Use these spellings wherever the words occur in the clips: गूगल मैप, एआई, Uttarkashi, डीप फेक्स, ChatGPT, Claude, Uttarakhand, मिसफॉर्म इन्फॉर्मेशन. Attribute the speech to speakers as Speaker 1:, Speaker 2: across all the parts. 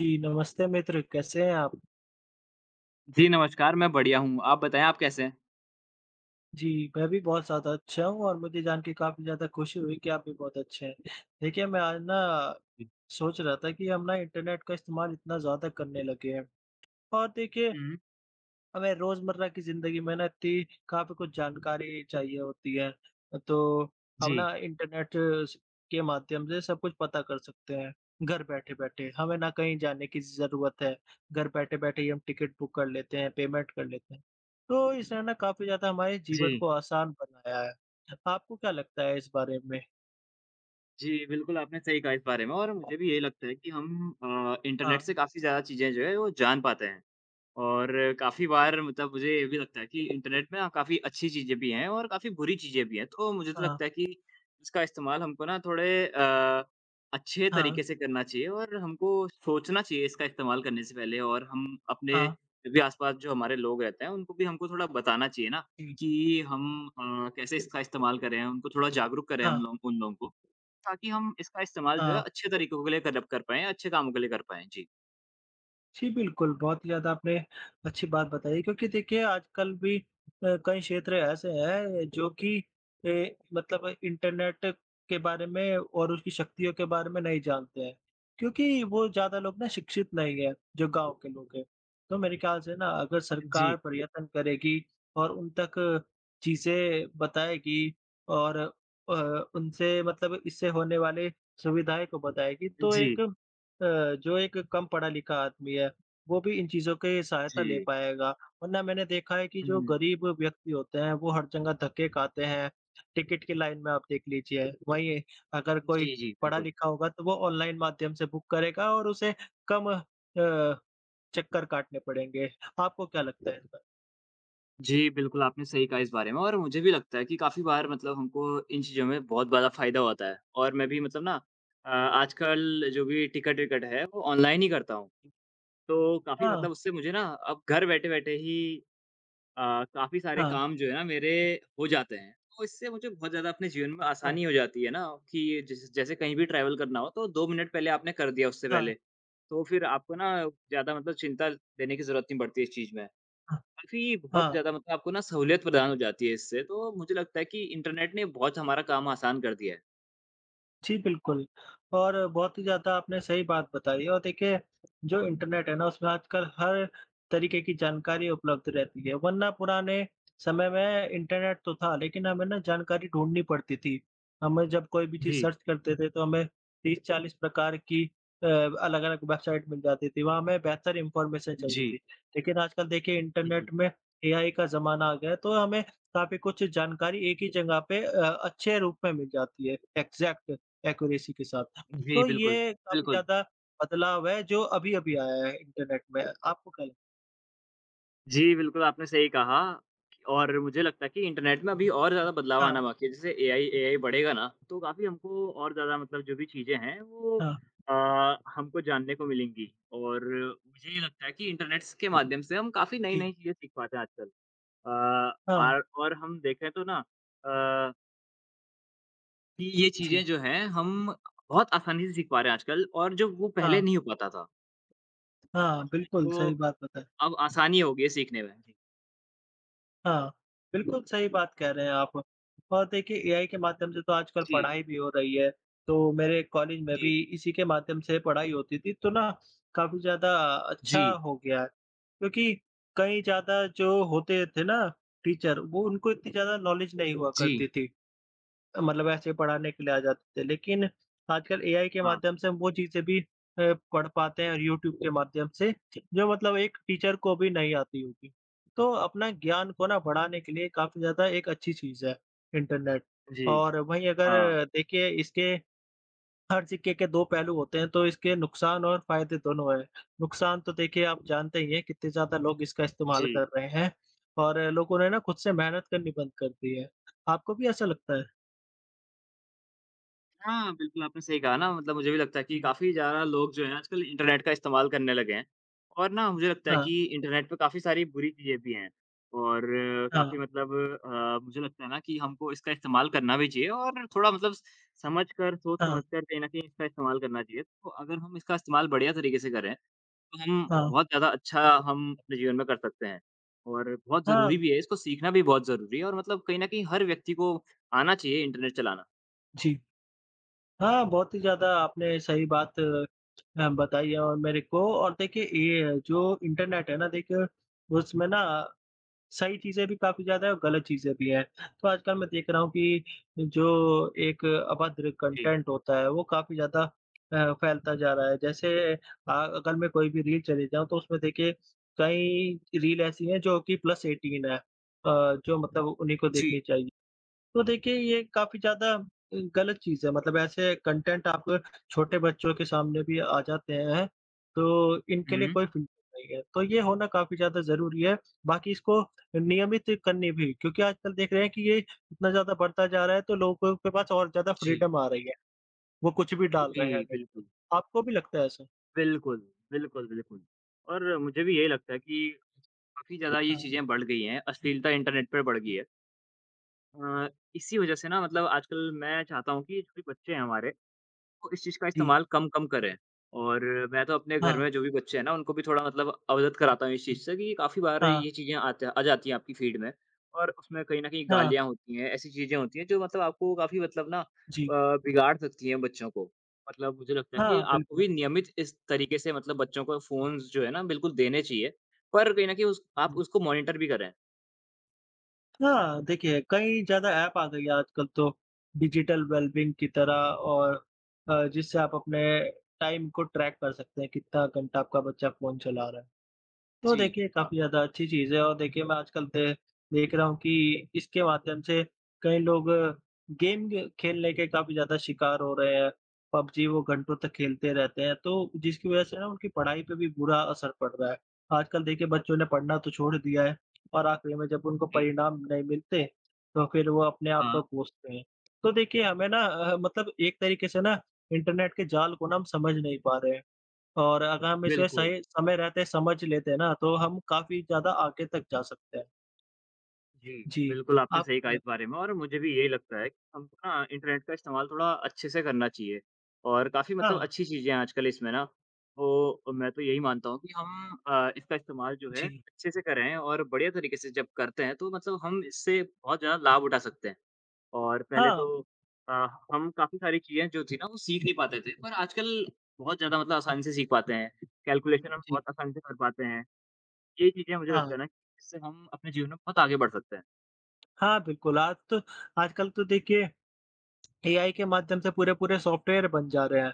Speaker 1: जी, नमस्ते मित्र, कैसे हैं आप?
Speaker 2: जी, नमस्कार, मैं बढ़िया हूँ। आप बताएँ आप कैसे हैं?
Speaker 1: जी, मैं भी बहुत ज़्यादा अच्छा हूँ और मुझे जान के काफ़ी ज़्यादा खुशी हुई कि आप भी बहुत अच्छे हैं। देखिए, मैं आज ना सोच रहा था कि हम ना इंटरनेट का इस्तेमाल इतना ज़्यादा करने लगे हैं और देखिए
Speaker 2: हुँ, हुँ।
Speaker 1: हमें रोज़मर्रा की ज़िंदगी में ना इतनी काफ़ी कुछ जानकारी चाहिए होती है। तो हम
Speaker 2: जी,
Speaker 1: ना इंटरनेट स के माध्यम से सब कुछ पता कर सकते हैं, घर बैठे-बैठे। हमें ना कहीं जाने की ज़रूरत है, घर बैठे-बैठे ही हम टिकट बुक कर लेते हैं, पेमेंट कर लेते हैं। तो इसने ना काफ़ी ज़्यादा हमारे
Speaker 2: जी।
Speaker 1: जीवन को आसान बनाया है। आपको क्या लगता है इस बारे में?
Speaker 2: जी, बिल्कुल आपने सही कहा इस बारे में और मुझे भी यही लगता है कि हम
Speaker 1: हाँ,
Speaker 2: इंटरनेट से काफ़ी ज़्यादा चीज़ें जो है वो जान पाते हैं। और काफ़ी
Speaker 1: जी।
Speaker 2: बार मतलब मुझे ये भी लगता है कि इंटरनेट में ना काफ़ी अच्छी चीज़ें भी हैं और काफ़ी बुरी चीज़ें भी हैं। तो मुझे तो
Speaker 1: हाँ,
Speaker 2: लगता है कि इसका इस्तेमाल हमको ना थोड़े अच्छे
Speaker 1: हाँ,
Speaker 2: तरीके से करना चाहिए और हमको सोचना चाहिए इसका इस्तेमाल करने से पहले और हम अपने
Speaker 1: हाँ,
Speaker 2: भी आस-पास जो हमारे लोग रहते हैं, उनको भी हमको थोड़ा बताना चाहिए ना
Speaker 1: जी।
Speaker 2: कि हम कैसे इसका इस्तेमाल करें, उनको थोड़ा जागरूक करें
Speaker 1: हाँ,
Speaker 2: हम लोग उन लोगों को, ताकि हम इसका इस्तेमाल जो है
Speaker 1: हाँ।
Speaker 2: अच्छे तरीकों के लिए कर कर पाएँ, अच्छे कामों के लिए कर पाएँ। जी।
Speaker 1: जी, बिल्कुल, बहुत ही ज़्यादा आपने अच्छी बात बताई क्योंकि देखिए आजकल भी कई क्षेत्र ऐसे हैं जो कि मतलब इंटरनेट के बारे में और उसकी शक्तियों के बारे में नहीं जानते हैं, क्योंकि वो ज़्यादा लोग ना शिक्षित नहीं हैं, जो गाँव के लोग हैं। तो मेरे ख्याल से ना अगर सरकार
Speaker 2: जी,
Speaker 1: प्रयत्न करेगी और उन तक चीज़ें बताएगी और उनसे मतलब इससे होने वाले सुविधाएँ को बताएगी, तो एक
Speaker 2: जी,
Speaker 1: अ, जो एक कम पढ़ा लिखा आदमी है, वो भी इन चीज़ों की सहायता
Speaker 2: जी।
Speaker 1: ले पाएगा। वरना मैंने देखा है कि जो
Speaker 2: हुँ।
Speaker 1: गरीब व्यक्ति होते हैं, वो हर जगह धक्के खाते हैं। टिकट की लाइन में आप देख लीजिए। वहीं अगर कोई
Speaker 2: जी, जी,
Speaker 1: पढ़ा
Speaker 2: बिल्कुल।
Speaker 1: लिखा होगा, तो वो ऑनलाइन माध्यम से बुक करेगा और उसे कम अ, चक्कर काटने पड़ेंगे। आपको क्या लगता है इस पर?
Speaker 2: जी, बिल्कुल, आपने सही कहा इस बारे में और मुझे भी लगता है कि काफ़ी बार मतलब हमको इन चीज़ों में बहुत बड़ा फ़ायदा होता है और मैं भी मतलब ना आजकल जो भी टिकट-विकट है, वो ऑनलाइन ही करता हूँ। तो काफ़ी
Speaker 1: हाँ,
Speaker 2: मतलब उससे मुझे ना अब घर बैठे-बैठे ही अ, काफ़ी सारे
Speaker 1: हाँ,
Speaker 2: काम जो है ना मेरे हो जाते हैं। तो इससे मुझे बहुत ज़्यादा अपने जीवन में
Speaker 1: हाँ,
Speaker 2: आसानी हो जाती है ना कि जैसे जैसे कहीं भी ट्रैवल करना हो, तो 2 मिनट पहले आपने कर दिया उससे
Speaker 1: हाँ, हाँ,
Speaker 2: पहले, तो फिर आपको ना ज़्यादा मतलब चिंता लेने की ज़रूरत नहीं पड़ती इस चीज़ में।
Speaker 1: हाँ,
Speaker 2: काफ़ी बहुत
Speaker 1: हाँ।
Speaker 2: ज़्यादा मतलब आपको ना सहूलियत प्रदान हो जाती है इससे, तो मुझे लगता है कि इंटरनेट ने बहुत हमारा काम आसान कर दिया है।
Speaker 1: जी, बिल्कुल और बहुत ही ज़्यादा आपने सही बात बताई और देखिए, जो इंटरनेट है ना, उसमें आजकल हर तरीके की जानकारी उपलब्ध रहती है, वरना पुराने समय में इंटरनेट तो था, लेकिन हमें ना जानकारी ढूँढनी पड़ती थी। हमें जब कोई भी चीज़
Speaker 2: जी,
Speaker 1: सर्च करते थे, तो हमें 30-40 प्रकार की अलग-अलग वेबसाइट मिल जाती थी, वहाँ हमें बेहतर इन्फॉर्मेशन चाहिए थी।
Speaker 2: जी,
Speaker 1: लेकिन आजकल देखिए,
Speaker 2: जी,
Speaker 1: इंटरनेट में एआई का ज़माना आ गया है, तो हमें काफ़ी कुछ जानकारी एक ही जगह पे अच्छे रूप में मिल जाती है, एग्ज़ैक्ट। एक्यूरेसी के साथ।
Speaker 2: जी,
Speaker 1: तो
Speaker 2: बिल्कुल,
Speaker 1: ये काफ़ी
Speaker 2: बिल्कुल।
Speaker 1: ज़्यादा बदलाव है जो अभी-अभी आया है इंटरनेट में। आपको क्या लगता
Speaker 2: जी, बिल्कुल, आपने सही कहा और मुझे लगता है कि इंटरनेट में अभी और ज़्यादा बदलाव
Speaker 1: है? हाँ,
Speaker 2: आना बाकी है, जैसे एआई एआई बढ़ेगा ना, तो काफ़ी हमको और ज़्यादा मतलब जो भी चीज़ें हैं, वो
Speaker 1: हाँ,
Speaker 2: अ, हमको जानने को मिलेंगी और मुझे ये लगता है कि इंटरनेट्स के माध्यम से हम काफ़ी
Speaker 1: जी,
Speaker 2: नई-नई चीज़ें सीख पाते हैं आजकल। अ,
Speaker 1: हाँ,
Speaker 2: आर और हम देखें तो ना अ कि ये
Speaker 1: जी,
Speaker 2: चीज़ें जो हैं हम बहुत आसानी से सीख पा रहे हैं आजकल और जो वो पहले
Speaker 1: हाँ,
Speaker 2: नहीं हो पाता था।
Speaker 1: हाँ,
Speaker 2: मतलब
Speaker 1: बिल्कुल
Speaker 2: इसको
Speaker 1: सही बात बताई।
Speaker 2: अब आसानी हो गई है सीखने में। जी,
Speaker 1: हाँ, बिल्कुल सही बात कह रहे हैं आप। और देखिए एआई के माध्यम से तो आजकल
Speaker 2: जी,
Speaker 1: पढ़ाई भी हो रही है। तो मेरे कॉलेज में
Speaker 2: जी,
Speaker 1: भी इसी के माध्यम से पढ़ाई होती थी तो ना काफ़ी ज़्यादा अच्छा
Speaker 2: जी,
Speaker 1: हो गया है। क्योंकि कई ज़्यादा जो होते थे ना टीचर वो उनको इतनी ज़्यादा नॉलेज नहीं हुआ
Speaker 2: जी
Speaker 1: करती थी। मतलब ऐसे ही पढ़ाने के लिए आ जाते थे। लेकिन आजकल एआई के
Speaker 2: हाँ,
Speaker 1: माध्यम से हम वो चीज़ें भी पढ़ पाते हैं और यूट्यूब के माध्यम से, जो मतलब एक टीचर को भी नहीं आती होगी। तो अपना ज्ञान को ना बढ़ाने के लिए काफ़ी ज़्यादा एक अच्छी चीज़ है इंटरनेट।
Speaker 2: जी,
Speaker 1: और वहीं अगर
Speaker 2: हाँ,
Speaker 1: देखिए इसके हर सिक्के के 2 पहलू होते हैं, तो इसके नुकसान और फ़ायदे दोनों हैं। नुकसान तो देखिए आप जानते ही हैं कितने ज़्यादा लोग इसका इस्तेमाल
Speaker 2: जी।
Speaker 1: कर रहे हैं और लोगों ने ना खुद से मेहनत करनी बंद कर दी है। आपको भी ऐसा लगता है?
Speaker 2: हाँ, बिल्कुल आपने सही कहा ना मतलब मुझे भी लगता है कि
Speaker 1: जी।
Speaker 2: काफ़ी ज़्यादा लोग जो हैं आजकल इंटरनेट का इस्तेमाल करने लगे हैं। और ना मुझे लगता है
Speaker 1: हाँ।
Speaker 2: कि इंटरनेट पे काफ़ी सारी बुरी चीज़ें भी हैं और काफ़ी
Speaker 1: हाँ,
Speaker 2: मतलब मुझे लगता है ना कि हमको इसका इस्तेमाल करना भी चाहिए और थोड़ा मतलब समझ कर, सोच
Speaker 1: हाँ,
Speaker 2: समझ कर कहीं न कहीं इसका इस्तेमाल करना चाहिए। तो अगर हम इसका इस्तेमाल बढ़िया तरीके से करें, तो हम
Speaker 1: हाँ,
Speaker 2: बहुत ज़्यादा अच्छा हम अपने जीवन में कर सकते हैं। और बहुत
Speaker 1: हाँ,
Speaker 2: ज़रूरी भी है, इसको सीखना भी बहुत ज़रूरी है और मतलब कहीं न कहीं हर व्यक्ति को आना चाहिए इंटरनेट चलाना।
Speaker 1: जी। हाँ, बहुत ही ज़्यादा आपने सही बात बताई है और मेरे को और देखिए ये जो इंटरनेट है ना देखिए उसमें ना सही चीज़ें भी काफ़ी ज़्यादा है और गलत चीज़ें भी हैं। तो आजकल मैं देख रहा हूँ कि जो एक अभद्र
Speaker 2: जी।
Speaker 1: कंटेंट होता है वो काफ़ी ज़्यादा फैलता जा रहा है। जैसे अगर मैं कोई भी रील चले जाऊँ तो उसमें देखिए कई रील ऐसी हैं जो कि प्लस 18 है जो मतलब उन्हीं को
Speaker 2: जी।
Speaker 1: देखनी चाहिए। तो देखिए ये काफ़ी ज़्यादा गलत चीज़ है मतलब ऐसे कंटेंट आपको छोटे बच्चों के सामने भी आ जाते हैं, तो इनके लिए
Speaker 2: हुँ।
Speaker 1: कोई फ़िल्टर नहीं है। तो ये होना काफ़ी ज़्यादा ज़रूरी है, बाकी इसको नियमित करनी भी क्योंकि आजकल देख रहे हैं कि ये इतना ज़्यादा बढ़ता जा रहा है तो लोगों के पास और ज़्यादा
Speaker 2: जी,
Speaker 1: फ्रीडम आ रही है, वो कुछ भी डाल
Speaker 2: जी,
Speaker 1: रहे हैं नेट पे।
Speaker 2: बिल्कुल।
Speaker 1: आपको भी लगता है ऐसा?
Speaker 2: बिल्कुल, बिल्कुल, बिल्कुल। और मुझे भी यही लगता है कि काफ़ी ज़्यादा ये
Speaker 1: हाँ,
Speaker 2: चीज़ें बढ़ गई हैं, अश्लीलता इंटरनेट पे बढ़ गई है। अ, इसी वज़ह से ना मतलब आजकल मैं चाहता हूँ कि जो भी बच्चे हैं हमारे तो इस चीज़ का
Speaker 1: जी।
Speaker 2: इस्तेमाल कम-कम करें। और मैं तो अपने घर
Speaker 1: हाँ,
Speaker 2: में जो भी बच्चे हैं ना, उनको भी थोड़ा मतलब अवगत कराता हूँ इस चीज़ से कि काफ़ी बार
Speaker 1: हाँ,
Speaker 2: ये चीज़ें आत आ जाती हैं आपकी फीड में और उसमें कहीं न कहीं
Speaker 1: हाँ,
Speaker 2: गालियाँ होती हैं, ऐसी चीज़ें होती हैं जो मतलब आपको काफ़ी मतलब ना
Speaker 1: जी।
Speaker 2: बिगाड़ सकती हैं बच्चों को। मतलब मुझे लगता है कि
Speaker 1: हाँ,
Speaker 2: आपको
Speaker 1: बिल्कुल।
Speaker 2: भी नियमित इस तरीके से मतलब बच्चों को फ़ोन्स जो है ना बिल्कुल देने चाहिए, पर कहीं न कहीं उस आप
Speaker 1: जी।
Speaker 2: उसको मॉनिटर भी करें।
Speaker 1: हाँ, देखिए कई ज़्यादा ऐप आ गई है आजकल तो डिजिटल वेलबींग की तरह और जिससे आप अपने टाइम को ट्रैक कर सकते हैं, कितना घंटा आपका बच्चा फ़ोन चला रहा है। तो
Speaker 2: जी,
Speaker 1: देखिए,
Speaker 2: हाँ,
Speaker 1: काफ़ी ज़्यादा अच्छी चीज़ है और देखिए मैं आजकल दे देख रहा हूँ कि इसके माध्यम से कई लोग गेम ग खेलने के काफ़ी ज़्यादा शिकार हो रहे हैं। पबजी वो घंटों तक खेलते रहते हैं, तो जिसकी वज़ह से ना उनकी पढ़ाई पे भी बुरा असर पड़ रहा है। आजकल देखिए बच्चों ने पढ़ना तो छोड़ दिया है और आखिरी में जब उनको
Speaker 2: जी,
Speaker 1: परिणाम नहीं मिलते, तो फिर वो अपने आप
Speaker 2: हाँ,
Speaker 1: को कोसते हैं। तो देखिए हमें ना मतलब एक तरीके से ना इंटरनेट के जाल को ना हम समझ नहीं पा रहे हैं। और अगर हम इसे
Speaker 2: बिल्कुल।
Speaker 1: सही समय रहते समझ लेते हैं ना, तो हम काफ़ी ज़्यादा आगे तक जा सकते हैं।
Speaker 2: जी,
Speaker 1: जी,
Speaker 2: बिल्कुल आपने
Speaker 1: आपको
Speaker 2: सही
Speaker 1: क्या
Speaker 2: कहा इस
Speaker 1: लगता है?
Speaker 2: बारे में और मुझे भी यही लगता है कि हमको ना इंटरनेट का इस्तेमाल थोड़ा अच्छे से करना चाहिए और काफ़ी
Speaker 1: हाँ,
Speaker 2: मतलब अच्छी चीज़ें हैं आजकल इसमें ना। तो मैं तो यही मानता हूँ कि हम इसका इस्तेमाल जो है
Speaker 1: जी।
Speaker 2: अच्छे से करें और बढ़िया तरीके से जब करते हैं तो मतलब हम इससे बहुत ज़्यादा लाभ उठा सकते हैं। और पहले
Speaker 1: हाँ,
Speaker 2: तो अ, हम काफ़ी सारी चीज़ें जो थी ना वो सीख नहीं पाते थे पर आजकल बहुत ज़्यादा मतलब आसानी से सीख पाते हैं। कैलकुलेशन हम
Speaker 1: जी।
Speaker 2: बहुत आसानी से कर पाते हैं। ये चीज़ें मुझे
Speaker 1: हाँ,
Speaker 2: लगता है ना कि इससे हम अपने जीवन में बहुत आगे बढ़ सकते हैं।
Speaker 1: हाँ, बिल्कुल आज तो आजकल तो देखिए एआई के माध्यम से पूरे-पूरे सॉफ्टवेयर बन जा रहे हैं।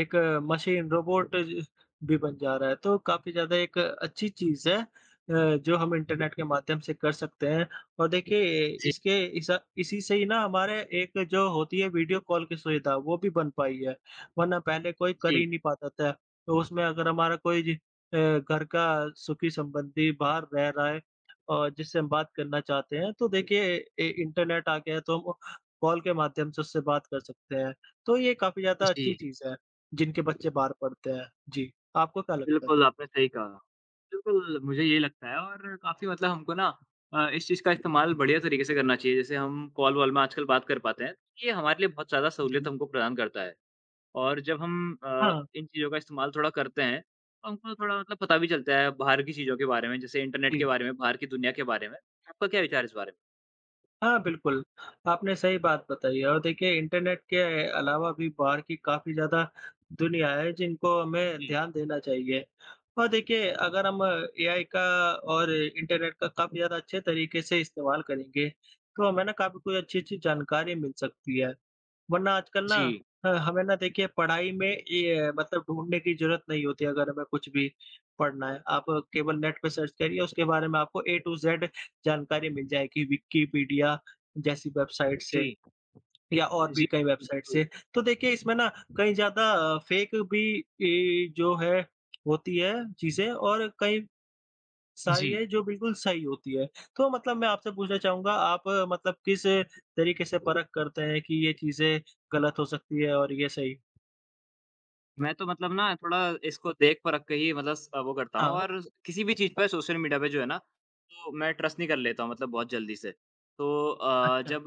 Speaker 1: एक मशीन रोबोट ज भी बन जा रहा है, तो काफ़ी ज़्यादा एक अच्छी चीज़ है जो हम इंटरनेट के माध्यम से कर सकते हैं। और देखिए
Speaker 2: जी।
Speaker 1: इसके इसा इसी से ही ना हमारे एक जो होती है वीडियो कॉल की सुविधा वो भी बन पाई है, वरना पहले कोई कर ही
Speaker 2: जी,
Speaker 1: नहीं पाता था। तो उसमें अगर हमारा कोई घर का सुखी संबंधी बाहर रह रहा है और जिससे हम बात करना चाहते हैं, तो देखिए ए इंटरनेट आ गया है तो हम कॉल के माध्यम से उससे बात कर सकते हैं। तो ये काफ़ी ज़्यादा
Speaker 2: जी।
Speaker 1: अच्छी चीज़ है, जिनके बच्चे बाहर पढ़ते हैं। जी, आपको क्या लगता है?
Speaker 2: बिल्कुल, आपने सही कहा। बिल्कुल, मुझे यही लगता है और काफ़ी मतलब हमको ना इस चीज़ का इस्तेमाल बढ़िया तरीके से करना चाहिए। जैसे हम कॉल वॉल में आजकल बात कर पाते हैं, तो ये हमारे लिए बहुत ज़्यादा सहूलियत
Speaker 1: जी,
Speaker 2: हमको प्रदान करता है। और जब हम
Speaker 1: हाँ,
Speaker 2: इन चीज़ों का इस्तेमाल थोड़ा करते हैं, तो हमको थोड़ा मतलब पता भी चलता है बाहर की चीज़ों के बारे में, जैसे इंटरनेट के
Speaker 1: जी।
Speaker 2: बारे में, बाहर की दुनिया के बारे में। आपका क्या विचार है इस बारे में?
Speaker 1: हाँ, बिल्कुल, आपने सही बात बताई है और देखिए इंटरनेट के अलावा भी बाहर की काफ़ी ज़्यादा दुनिया है जिनको हमें
Speaker 2: जी,
Speaker 1: ध्यान देना चाहिए। और देखिए अगर हम एआई का और इंटरनेट का काफ़ी ज़्यादा अच्छे तरीके से इस्तेमाल करेंगे, तो हमें ना काफ़ी कोई अच्छी-अच्छी जानकारी मिल सकती है। वरना आजकल ना
Speaker 2: जी,
Speaker 1: ह हमें ना देखिए पढ़ाई में ये मतलब ढूँढने की ज़रूरत नहीं होती अगर हमें कुछ भी पढ़ना है। आप केवल नेट पे सर्च करिए उसके बारे में आपको ए टू ज़ेड जानकारी मिल जाएगी विकिपीडिया जैसी वेबसाइट से
Speaker 2: जी,
Speaker 1: या और
Speaker 2: जी,
Speaker 1: भी कई वेबसाइट
Speaker 2: बिल्कुल।
Speaker 1: से। तो देखिए इसमें ना कहीं ज़्यादा फेक भी जो है होती है चीज़ें और कई सारी
Speaker 2: जी।
Speaker 1: है जो बिल्कुल सही होती है। तो मतलब मैं आपसे पूछना चाहूँगा आप मतलब किस तरीके से परख करते हैं कि ये चीज़ें गलत हो सकती है और ये सही?
Speaker 2: मैं तो मतलब ना थोड़ा इसको देख परख के ही मतलब स वो करता हूँ
Speaker 1: हाँ,
Speaker 2: और किसी भी चीज़ पे सोशल मीडिया पे जो है ना, तो मैं ट्रस्ट नहीं कर लेता हूँ मतलब बहुत जल्दी से। तो
Speaker 1: अच्छा,
Speaker 2: जब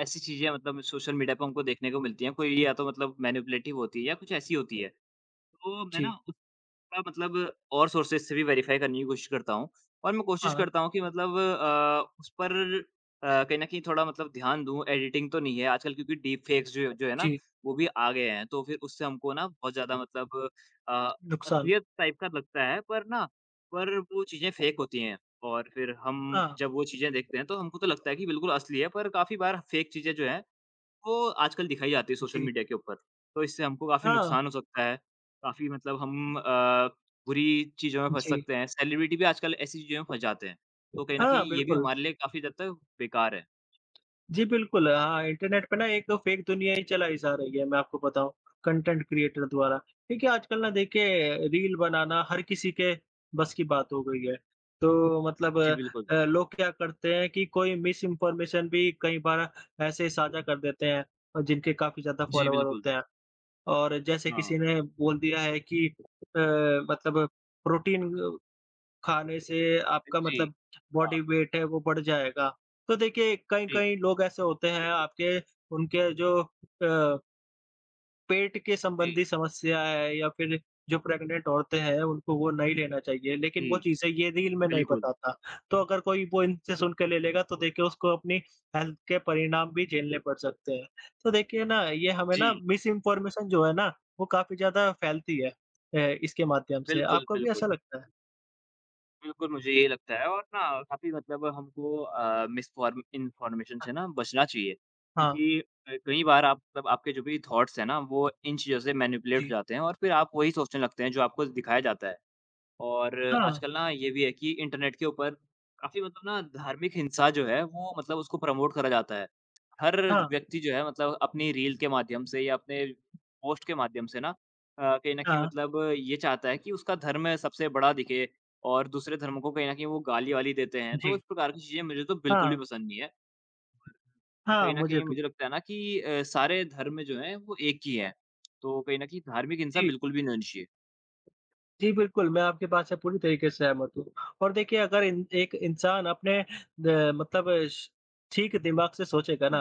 Speaker 2: ऐसी चीज़ें मतलब सोशल मीडिया पे हमको देखने को मिलती हैं, कोई या तो मतलब मैनिपुलेटिव होती है या कुछ ऐसी होती है, तो
Speaker 1: जी,
Speaker 2: मैं मतलब और सोर्सेज़ से भी वेरीफ़ाई करने की कोशिश करता हूँ और मैं कोशिश
Speaker 1: हाँ,
Speaker 2: करता हूँ कि मतलब उस पर कहीं न कहीं थोड़ा मतलब ध्यान दूँ, एडिटिंग तो नहीं है आजकल क्योंकि डीप फेक्स जो जो है ना,
Speaker 1: जी,
Speaker 2: वो भी आ गए हैं, तो फिर उससे हमको ना बहुत ज़्यादा मतलब अ,
Speaker 1: नुकसान,
Speaker 2: असलियत टाइप का लगता है पर ना पर वो चीज़ें फेक होती हैं और फिर हम
Speaker 1: हाँ,
Speaker 2: जब वो चीज़ें देखते हैं, तो हमको तो लगता है कि बिल्कुल असली है पर काफ़ी बार फेक चीज़ें जो हैं, वो आजकल दिखाई जाती है सोशल
Speaker 1: जी,
Speaker 2: मीडिया के ऊपर, तो इससे हमको काफ़ी
Speaker 1: हाँ,
Speaker 2: नुकसान हो सकता है। काफ़ी मतलब हम बुरी चीज़ों में फँस
Speaker 1: जी,
Speaker 2: सकते हैं, सेलिब्रिटी भी आजकल ऐसी चीज़ों में फँस जाते हैं। तो कहीं न
Speaker 1: हाँ,
Speaker 2: कहीं ये भी
Speaker 1: बिल्कुल।
Speaker 2: हमारे लिए काफ़ी हद तक बेकार है।
Speaker 1: जी, बिल्कुल। हाँ, इंटरनेट पे ना एक तो फेक दुनिया ही चलाई जा रही है, मैं आपको बताऊँ, कंटेंट क्रिएटर द्वारा। देखिए, आजकल ना देखिए रील बनाना हर किसी के बस की बात हो गई है। तो मतलब
Speaker 2: जी, बिल्कुल।
Speaker 1: लोग क्या करते हैं कि कोई मिस इन्फॉर्मेशन भी कई बार ऐसे साझा कर देते हैं और जिनके काफ़ी ज़्यादा
Speaker 2: जी,
Speaker 1: फॉलोवर
Speaker 2: बिल्कुल।
Speaker 1: होते हैं। और जैसे किसी
Speaker 2: हाँ।
Speaker 1: ने बोल दिया है कि अ, मतलब प्रोटीन खाने से आपका
Speaker 2: जी।
Speaker 1: मतलब
Speaker 2: हाँ।
Speaker 1: बॉडी वेट है वो बढ़ जाएगा। तो देखिए
Speaker 2: जी,
Speaker 1: कई-कई लोग ऐसे होते हैं आपके उनके जो पेट के
Speaker 2: जी,
Speaker 1: संबंधी समस्या है या फिर जो प्रेग्नेंट औरतें हैं उनको वो नहीं लेना चाहिए, लेकिन
Speaker 2: जी,
Speaker 1: वो चीज़ें ये रील में नहीं
Speaker 2: बिल्कुल।
Speaker 1: बताता। तो अगर कोई वो इनसे सुन के ले लेगा तो देखिए उसको अपनी हेल्थ के परिणाम भी झेलने पड़ सकते हैं। तो देखिए ना ये हमें ना
Speaker 2: जी,
Speaker 1: मिस इन्फॉर्मेशन जो है ना वो काफ़ी ज़्यादा फैलती है इसके माध्यम से।
Speaker 2: बिल्कुल,
Speaker 1: आपको भी
Speaker 2: बिल्कुल।
Speaker 1: ऐसा लगता है?
Speaker 2: बिल्कुल, मुझे ये लगता है और ना काफ़ी मतलब हमको मिसफॉर्म इन्फॉर्मेशन
Speaker 1: अ,
Speaker 2: से ना बचना चाहिए।
Speaker 1: हाँ,
Speaker 2: क्योंकि कई बार आप मतलब आपके जो भी थॉट्स हैं ना, वो इन चीज़ों से मैनिपुलेट हो
Speaker 1: जी।
Speaker 2: जाते हैं और फिर आप वही सोचने लगते हैं जो आपको दिखाया जाता है। और
Speaker 1: हाँ,
Speaker 2: आजकल ना ये भी है कि इंटरनेट के ऊपर काफ़ी मतलब ना धार्मिक हिंसा जो है वो मतलब उसको प्रमोट करा जाता है। हर
Speaker 1: हाँ,
Speaker 2: व्यक्ति जो है मतलब अपनी रील के माध्यम से या अपने पोस्ट के माध्यम से ना कहीं न कहीं
Speaker 1: हाँ,
Speaker 2: मतलब ये चाहता है कि उसका धर्म सबसे बड़ा दिखे और दूसरे धर्मों को कहीं न कहीं वो गाली-वाली देते हैं। तो
Speaker 1: जी।
Speaker 2: इस प्रकार की चीज़ें मुझे तो बिल्कुल
Speaker 1: हाँ,
Speaker 2: भी पसंद नहीं है। और
Speaker 1: हाँ,
Speaker 2: कहीं न
Speaker 1: मुझे
Speaker 2: कहीं
Speaker 1: भी।
Speaker 2: मुझे लगता है ना कि सारे धर्म जो हैं वो एक ही हैं। तो कहीं न कहीं धार्मिक हिंसा
Speaker 1: जी,
Speaker 2: बिल्कुल भी नहीं होनी चाहिए।
Speaker 1: जी, बिल्कुल, मैं आपकी बात से पूरी तरीके से सहमत हूँ और देखिए अगर इन एक इंसान अपने द मतलब अ, श ठीक दिमाग से सोचेगा ना,
Speaker 2: हुँ।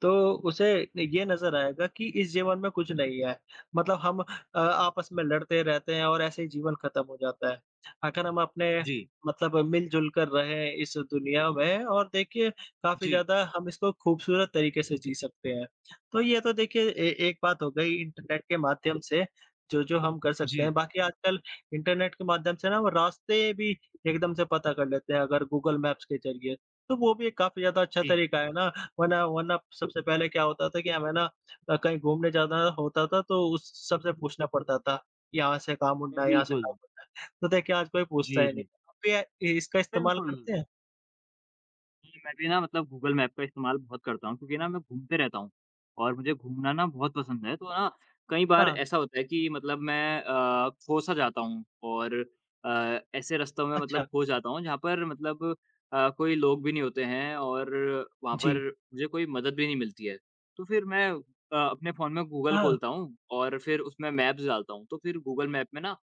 Speaker 1: तो उसे ये नज़र आएगा कि इस जीवन में कुछ नहीं है। मतलब हम आपस में लड़ते रहते हैं और ऐसे ही जीवन खत्म हो जाता है। अगर हम अपने
Speaker 2: जी,
Speaker 1: मतलब मिल-जुल कर रहें इस दुनिया में और देखिए काफ़ी
Speaker 2: जी,
Speaker 1: ज़्यादा हम इसको खूबसूरत तरीके से जी सकते हैं। तो ये तो देखिए ए एक बात हो गई इंटरनेट के माध्यम से जो हम कर सकते
Speaker 2: जी।
Speaker 1: हैं। बाकी आजकल इंटरनेट के माध्यम से ना वो रास्ते भी एकदम से पता कर लेते हैं अगर गूगल मैप्स के ज़रिए। तो वो भी एक काफ़ी ज़्यादा अच्छा
Speaker 2: जी,
Speaker 1: तरीका है ना, वरना वरना सबसे पहले क्या होता था कि हमें ना कहीं घूमने जाना होता था तो उस सबसे पूछना पड़ता था, यहाँ से कहाँ मुड़ना है, यहाँ से
Speaker 2: बिल्कुल।
Speaker 1: कहाँ मुड़ना है। तो देखिए आज कोई पूछता
Speaker 2: जी,
Speaker 1: ही नहीं।
Speaker 2: जी,
Speaker 1: आप भी इसका इस्तेमाल
Speaker 2: बिल्कुल।
Speaker 1: करते हैं?
Speaker 2: जी, मैं भी ना मतलब गूगल मैप का इस्तेमाल बहुत करता हूँ क्योंकि ना मैं घूमते रहता हूँ और मुझे घूमना ना बहुत पसंद है। तो ना कई बार
Speaker 1: हाँ,
Speaker 2: ऐसा होता है कि मतलब मैं खो-सा जाता हूँ और ऐसे रास्तों में मतलब
Speaker 1: अच्छा।
Speaker 2: खो जाता हूँ जहाँ पर मतलब कोई लोग भी नहीं होते हैं और वहाँ पर
Speaker 1: जी।
Speaker 2: मुझे कोई मदद भी नहीं मिलती है। तो फिर मैं अपने फ़ोन में गूगल
Speaker 1: हाँ,
Speaker 2: खोलता हूँ और फिर उसमें मैप्स डालता हूँ। तो फिर गूगल मैप में ना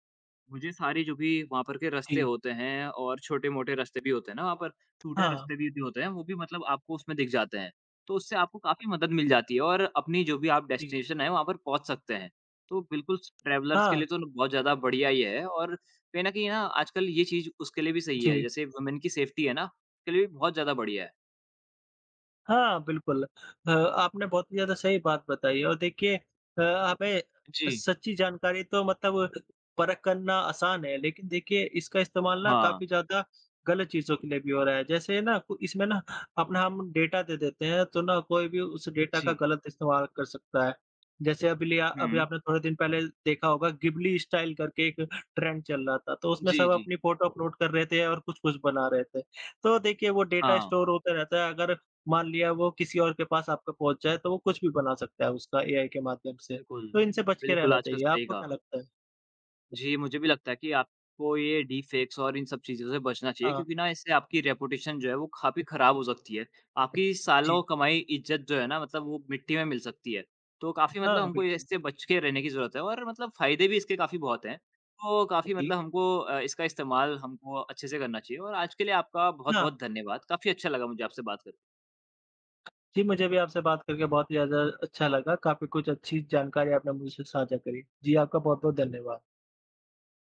Speaker 2: मुझे सारी जो भी वहाँ पर के रास्ते
Speaker 1: जी।
Speaker 2: होते हैं और छोटे-मोटे रास्ते भी होते हैं ना वहाँ पर, टूटे
Speaker 1: हाँ,
Speaker 2: रास्ते भी होते हैं, वो भी मतलब आपको उसमें दिख जाते हैं। तो उससे आपको काफ़ी मदद मिल जाती है और अपनी जो भी आप
Speaker 1: जी।
Speaker 2: डेस्टिनेशन है, वहाँ पर पहुँच सकते हैं। तो बिल्कुल स ट्रैवलर्स के
Speaker 1: हाँ,
Speaker 2: लिए तो बहुत ज़्यादा बढ़िया ही है और कहीं न कहीं ना आजकल ये चीज़ उसके लिए भी सही है,
Speaker 1: जी।
Speaker 2: जैसे वुमेन की सेफ्टी है ना, उसके लिए भी बहुत ज़्यादा बढ़िया है।
Speaker 1: हाँ, बिल्कुल। आपने बहुत ही ज़्यादा सही बात बताई और देखिए हमें
Speaker 2: जी।
Speaker 1: सच्ची जानकारी तो मतलब परख करना आसान है, लेकिन देखिए इसका इस्तेमाल ना
Speaker 2: हाँ।
Speaker 1: काफ़ी ज़्यादा गलत चीज़ों के लिए भी हो रहा है। जैसे ना कु इसमें ना अपना हम डेटा दे देते हैं, तो ना कोई भी उस डेटा का
Speaker 2: जी।
Speaker 1: गलत इस्तेमाल कर सकता है। जैसे अभी
Speaker 2: हुँ।
Speaker 1: आपने थोड़े दिन पहले देखा होगा गिबली स्टाइल करके एक ट्रेंड चल रहा था, तो उसमें
Speaker 2: जी,
Speaker 1: सब
Speaker 2: जी।
Speaker 1: अपनी फ़ोटो अपलोड कर रहे थे और कुछ-कुछ बना रहे थे। तो देखिए वो डेटा
Speaker 2: हाँ।
Speaker 1: स्टोर होते रहता है, अगर मान लिया वो किसी और के पास आपका पहुँच जाए, तो वो कुछ भी बना सकता है उसका एआई के माध्यम से।
Speaker 2: बिल्कुल।
Speaker 1: तो इनसे बच के
Speaker 2: बिल्कुल,
Speaker 1: रहना
Speaker 2: आजकल
Speaker 1: चाहिए,
Speaker 2: सही
Speaker 1: आपको
Speaker 2: कहा।
Speaker 1: क्या लगता है?
Speaker 2: जी, मुझे भी लगता है कि आपको ये डीफेक्स और इन सब चीज़ों से बचना चाहिए
Speaker 1: हाँ,
Speaker 2: क्योंकि ना इससे आपकी रेपुटेशन जो है वो काफ़ी ख़राब हो सकती है। आपकी सालों
Speaker 1: जी।
Speaker 2: कमाई इज़्ज़त जो है ना मतलब वो मिट्टी में मिल सकती है। तो काफ़ी मतलब
Speaker 1: हाँ,
Speaker 2: हमको
Speaker 1: बिल्कुल।
Speaker 2: इससे बच के रहने की ज़रूरत है और मतलब फ़ायदे भी इसके काफ़ी बहुत हैं। तो काफ़ी
Speaker 1: जी,
Speaker 2: मतलब हमको इसका इस्तेमाल हमको अच्छे से करना चाहिए और आज के लिए आपका
Speaker 1: हाँ।
Speaker 2: बहुत-बहुत धन्यवाद। काफ़ी अच्छा लगा मुझे आपसे बात कर
Speaker 1: जी, मुझे भी आपसे बात करके बहुत ही ज़्यादा अच्छा लगा। काफ़ी कुछ अच्छी जानकारी आपने मुझसे साझा करी। जी, आपका बहुत-बहुत धन्यवाद।